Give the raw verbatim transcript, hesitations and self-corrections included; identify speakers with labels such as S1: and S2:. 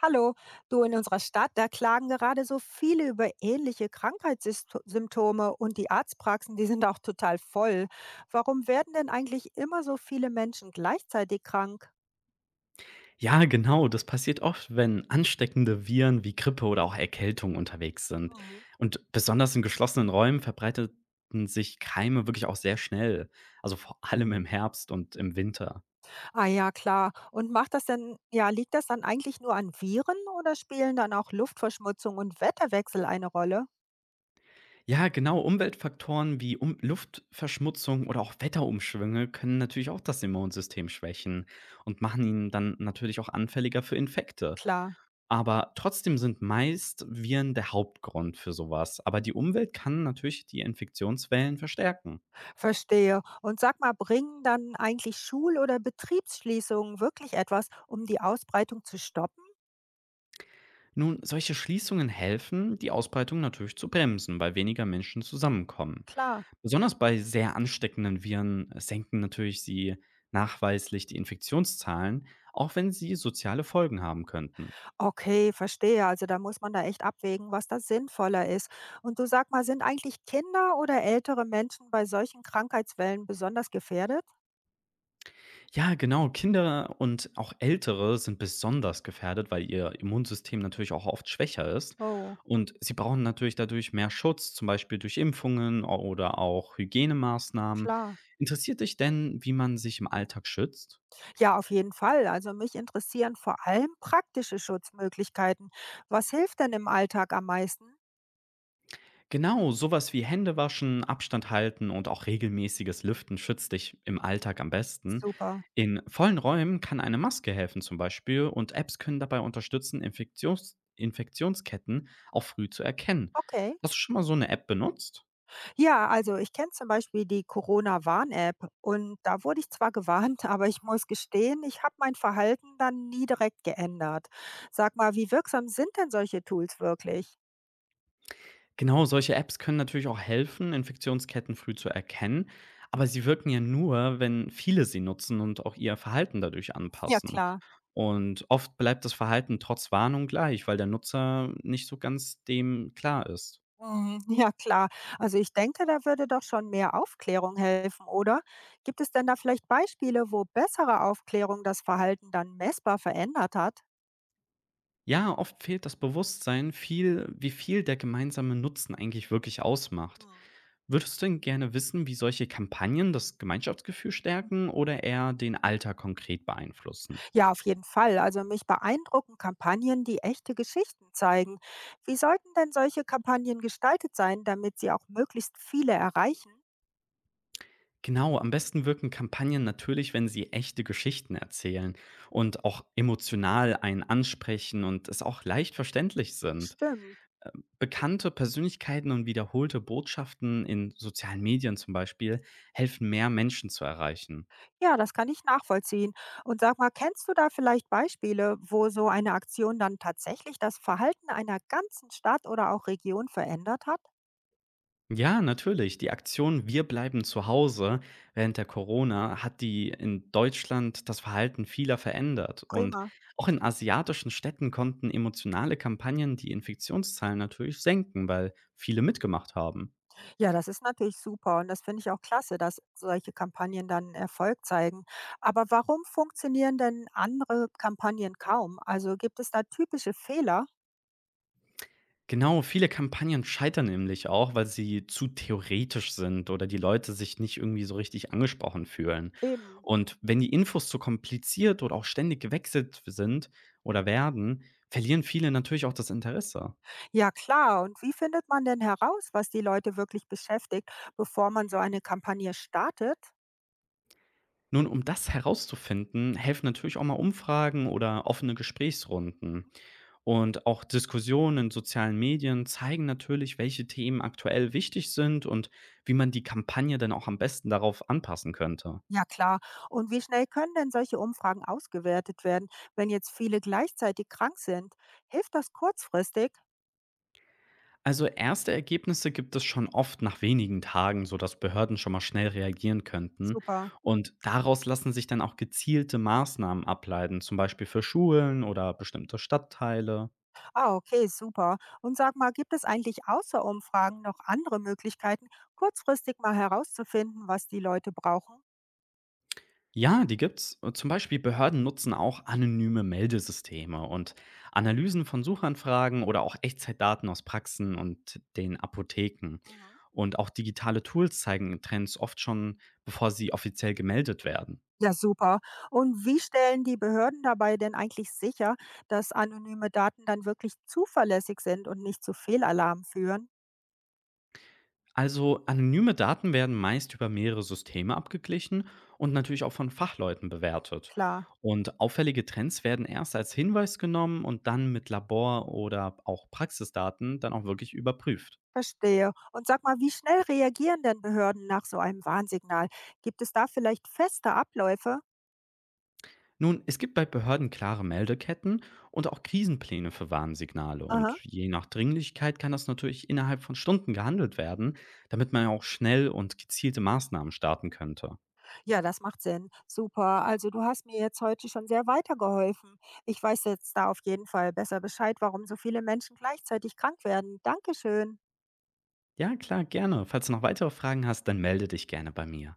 S1: Hallo, du in unserer Stadt, da klagen gerade so viele über ähnliche Krankheitssymptome und die Arztpraxen, die sind auch total voll. Warum werden denn eigentlich immer so viele Menschen gleichzeitig krank?
S2: Ja, genau, das passiert oft, wenn ansteckende Viren wie Grippe oder auch Erkältung unterwegs sind.
S1: Mhm.
S2: Und besonders in geschlossenen Räumen verbreiteten sich Keime wirklich auch sehr schnell, also vor allem im Herbst und im Winter.
S1: Ah ja, klar. Und macht das denn, ja, liegt das dann eigentlich nur an Viren oder spielen dann auch Luftverschmutzung und Wetterwechsel eine Rolle?
S2: Ja, genau, Umweltfaktoren wie um Luftverschmutzung oder auch Wetterumschwünge können natürlich auch das Immunsystem schwächen und machen ihn dann natürlich auch anfälliger für Infekte.
S1: Klar,
S2: Aber trotzdem sind meist Viren der Hauptgrund für sowas. Aber die Umwelt kann natürlich die Infektionswellen verstärken.
S1: verstehe. Und sag mal, bringen dann eigentlich Schul- oder Betriebsschließungen wirklich etwas, um die Ausbreitung zu stoppen?
S2: Nun, solche Schließungen helfen, die Ausbreitung natürlich zu bremsen, weil weniger Menschen zusammenkommen.
S1: Klar.
S2: Besonders bei sehr ansteckenden Viren äh, senken natürlich sie nachweislich die Infektionszahlen, auch wenn sie soziale Folgen haben könnten.
S1: Okay, verstehe. Also da muss man da echt abwägen, was da sinnvoller ist. Und du sag mal, sind eigentlich Kinder oder ältere Menschen bei solchen Krankheitswellen besonders gefährdet?
S2: Ja, genau, Kinder und auch Ältere sind besonders gefährdet, weil ihr Immunsystem natürlich auch oft schwächer ist.
S1: Oh,
S2: Und sie brauchen natürlich dadurch mehr Schutz, zum Beispiel durch Impfungen oder auch Hygienemaßnahmen.
S1: klar.
S2: Interessiert dich denn, wie man sich im Alltag schützt?
S1: Ja, auf jeden Fall. Also mich interessieren vor allem praktische Schutzmöglichkeiten. Was hilft denn im Alltag am meisten?
S2: Genau, sowas wie Hände waschen, Abstand halten und auch regelmäßiges Lüften schützt dich im Alltag am besten.
S1: Super.
S2: In vollen Räumen kann eine Maske helfen zum Beispiel, und Apps können dabei unterstützen, Infektions Infektionsketten auch früh zu erkennen.
S1: Okay.
S2: Hast du schon mal so eine App benutzt?
S1: Ja, also ich kenne zum Beispiel die Corona-Warn-App und da wurde ich zwar gewarnt, aber ich muss gestehen, ich habe mein Verhalten dann nie direkt geändert. Sag mal, wie wirksam sind denn solche Tools wirklich?
S2: Genau, solche Apps können natürlich auch helfen, Infektionsketten früh zu erkennen, aber sie wirken ja nur, wenn viele sie nutzen und auch ihr Verhalten dadurch
S1: Ja,
S2: anpassen.
S1: klar.
S2: Und oft bleibt das Verhalten trotz Warnung gleich, weil der Nutzer nicht so ganz dem klar ist.
S1: Mhm. Ja, klar. Also ich denke, da würde doch schon mehr Aufklärung helfen, oder? Gibt es denn da vielleicht Beispiele, wo bessere Aufklärung das Verhalten dann messbar verändert hat?
S2: Ja, oft fehlt das Bewusstsein viel, wie viel der gemeinsame Nutzen eigentlich wirklich ausmacht.
S1: Mhm.
S2: Würdest du denn gerne wissen, wie solche Kampagnen das Gemeinschaftsgefühl stärken oder eher den Alltag konkret beeinflussen?
S1: Ja, auf jeden Fall. Also mich beeindrucken Kampagnen, die echte Geschichten zeigen. Wie sollten denn solche Kampagnen gestaltet sein, damit sie auch möglichst viele erreichen?
S2: Genau, am besten wirken Kampagnen natürlich, wenn sie echte Geschichten erzählen und auch emotional einen ansprechen und es auch leicht verständlich sind.
S1: Stimmt.
S2: Ähm, Bekannte Persönlichkeiten und wiederholte Botschaften in sozialen Medien zum Beispiel helfen, mehr Menschen zu erreichen.
S1: Ja, das kann ich nachvollziehen. Und sag mal, kennst du da vielleicht Beispiele, wo so eine Aktion dann tatsächlich das Verhalten einer ganzen Stadt oder auch Region verändert hat?
S2: Ja, natürlich. Die Aktion „Wir bleiben zu Hause“ während der Corona hat die in Deutschland das Verhalten vieler verändert. Und
S1: Prima.
S2: auch in asiatischen Städten konnten emotionale Kampagnen die Infektionszahlen natürlich senken, weil viele mitgemacht haben.
S1: Ja, das ist natürlich super und das finde ich auch klasse, dass solche Kampagnen dann Erfolg zeigen. Aber warum funktionieren denn andere Kampagnen kaum? Also gibt es da typische Fehler?
S2: Genau, viele Kampagnen scheitern nämlich auch, weil sie zu theoretisch sind oder die Leute sich nicht irgendwie so richtig angesprochen fühlen.
S1: Eben.
S2: Und wenn die Infos zu kompliziert oder auch ständig gewechselt sind oder werden, verlieren viele natürlich auch das Interesse.
S1: Ja, klar. Und wie findet man denn heraus, was die Leute wirklich beschäftigt, bevor man so eine Kampagne startet?
S2: Nun, um das herauszufinden, helfen natürlich auch mal Umfragen oder offene Gesprächsrunden. Und auch Diskussionen in sozialen Medien zeigen natürlich, welche Themen aktuell wichtig sind und wie man die Kampagne dann auch am besten darauf anpassen könnte.
S1: Ja, klar. Und wie schnell können denn solche Umfragen ausgewertet werden, wenn jetzt viele gleichzeitig krank sind? Hilft das kurzfristig?
S2: Also erste Ergebnisse gibt es schon oft nach wenigen Tagen, sodass Behörden schon mal schnell reagieren könnten.
S1: Super.
S2: Und daraus lassen sich dann auch gezielte Maßnahmen ableiten, zum Beispiel für Schulen oder bestimmte Stadtteile.
S1: Ah, okay, super. Und sag mal, gibt es eigentlich außer Umfragen noch andere Möglichkeiten, kurzfristig mal herauszufinden, was die Leute brauchen?
S2: Ja, die gibt's. Äh, Zum Beispiel Behörden nutzen auch anonyme Meldesysteme und Analysen von Suchanfragen oder auch Echtzeitdaten aus Praxen und den Apotheken.
S1: Mhm.
S2: Und auch digitale Tools zeigen Trends oft schon, bevor sie offiziell gemeldet werden.
S1: Ja, super. Und wie stellen die Behörden dabei denn eigentlich sicher, dass anonyme Daten dann wirklich zuverlässig sind und nicht zu Fehlalarmen führen?
S2: Also anonyme Daten werden meist über mehrere Systeme abgeglichen und natürlich auch von Fachleuten bewertet.
S1: Klar,
S2: Und auffällige Trends werden erst als Hinweis genommen und dann mit Labor- oder auch Praxisdaten dann auch wirklich überprüft.
S1: verstehe. Und sag mal, wie schnell reagieren denn Behörden nach so einem Warnsignal? Gibt es da vielleicht feste Abläufe?
S2: Nun, es gibt bei Behörden klare Meldeketten und auch Krisenpläne für Warnsignale. Und
S1: Aha.
S2: je nach Dringlichkeit kann das natürlich innerhalb von Stunden gehandelt werden, damit man ja auch schnell und gezielte Maßnahmen starten könnte.
S1: Ja, das macht Sinn. Super. Also du hast mir jetzt heute schon sehr weitergeholfen. Ich weiß jetzt da auf jeden Fall besser Bescheid, warum so viele Menschen gleichzeitig krank werden. Dankeschön.
S2: Ja, klar, gerne. Falls du noch weitere Fragen hast, dann melde dich gerne bei mir.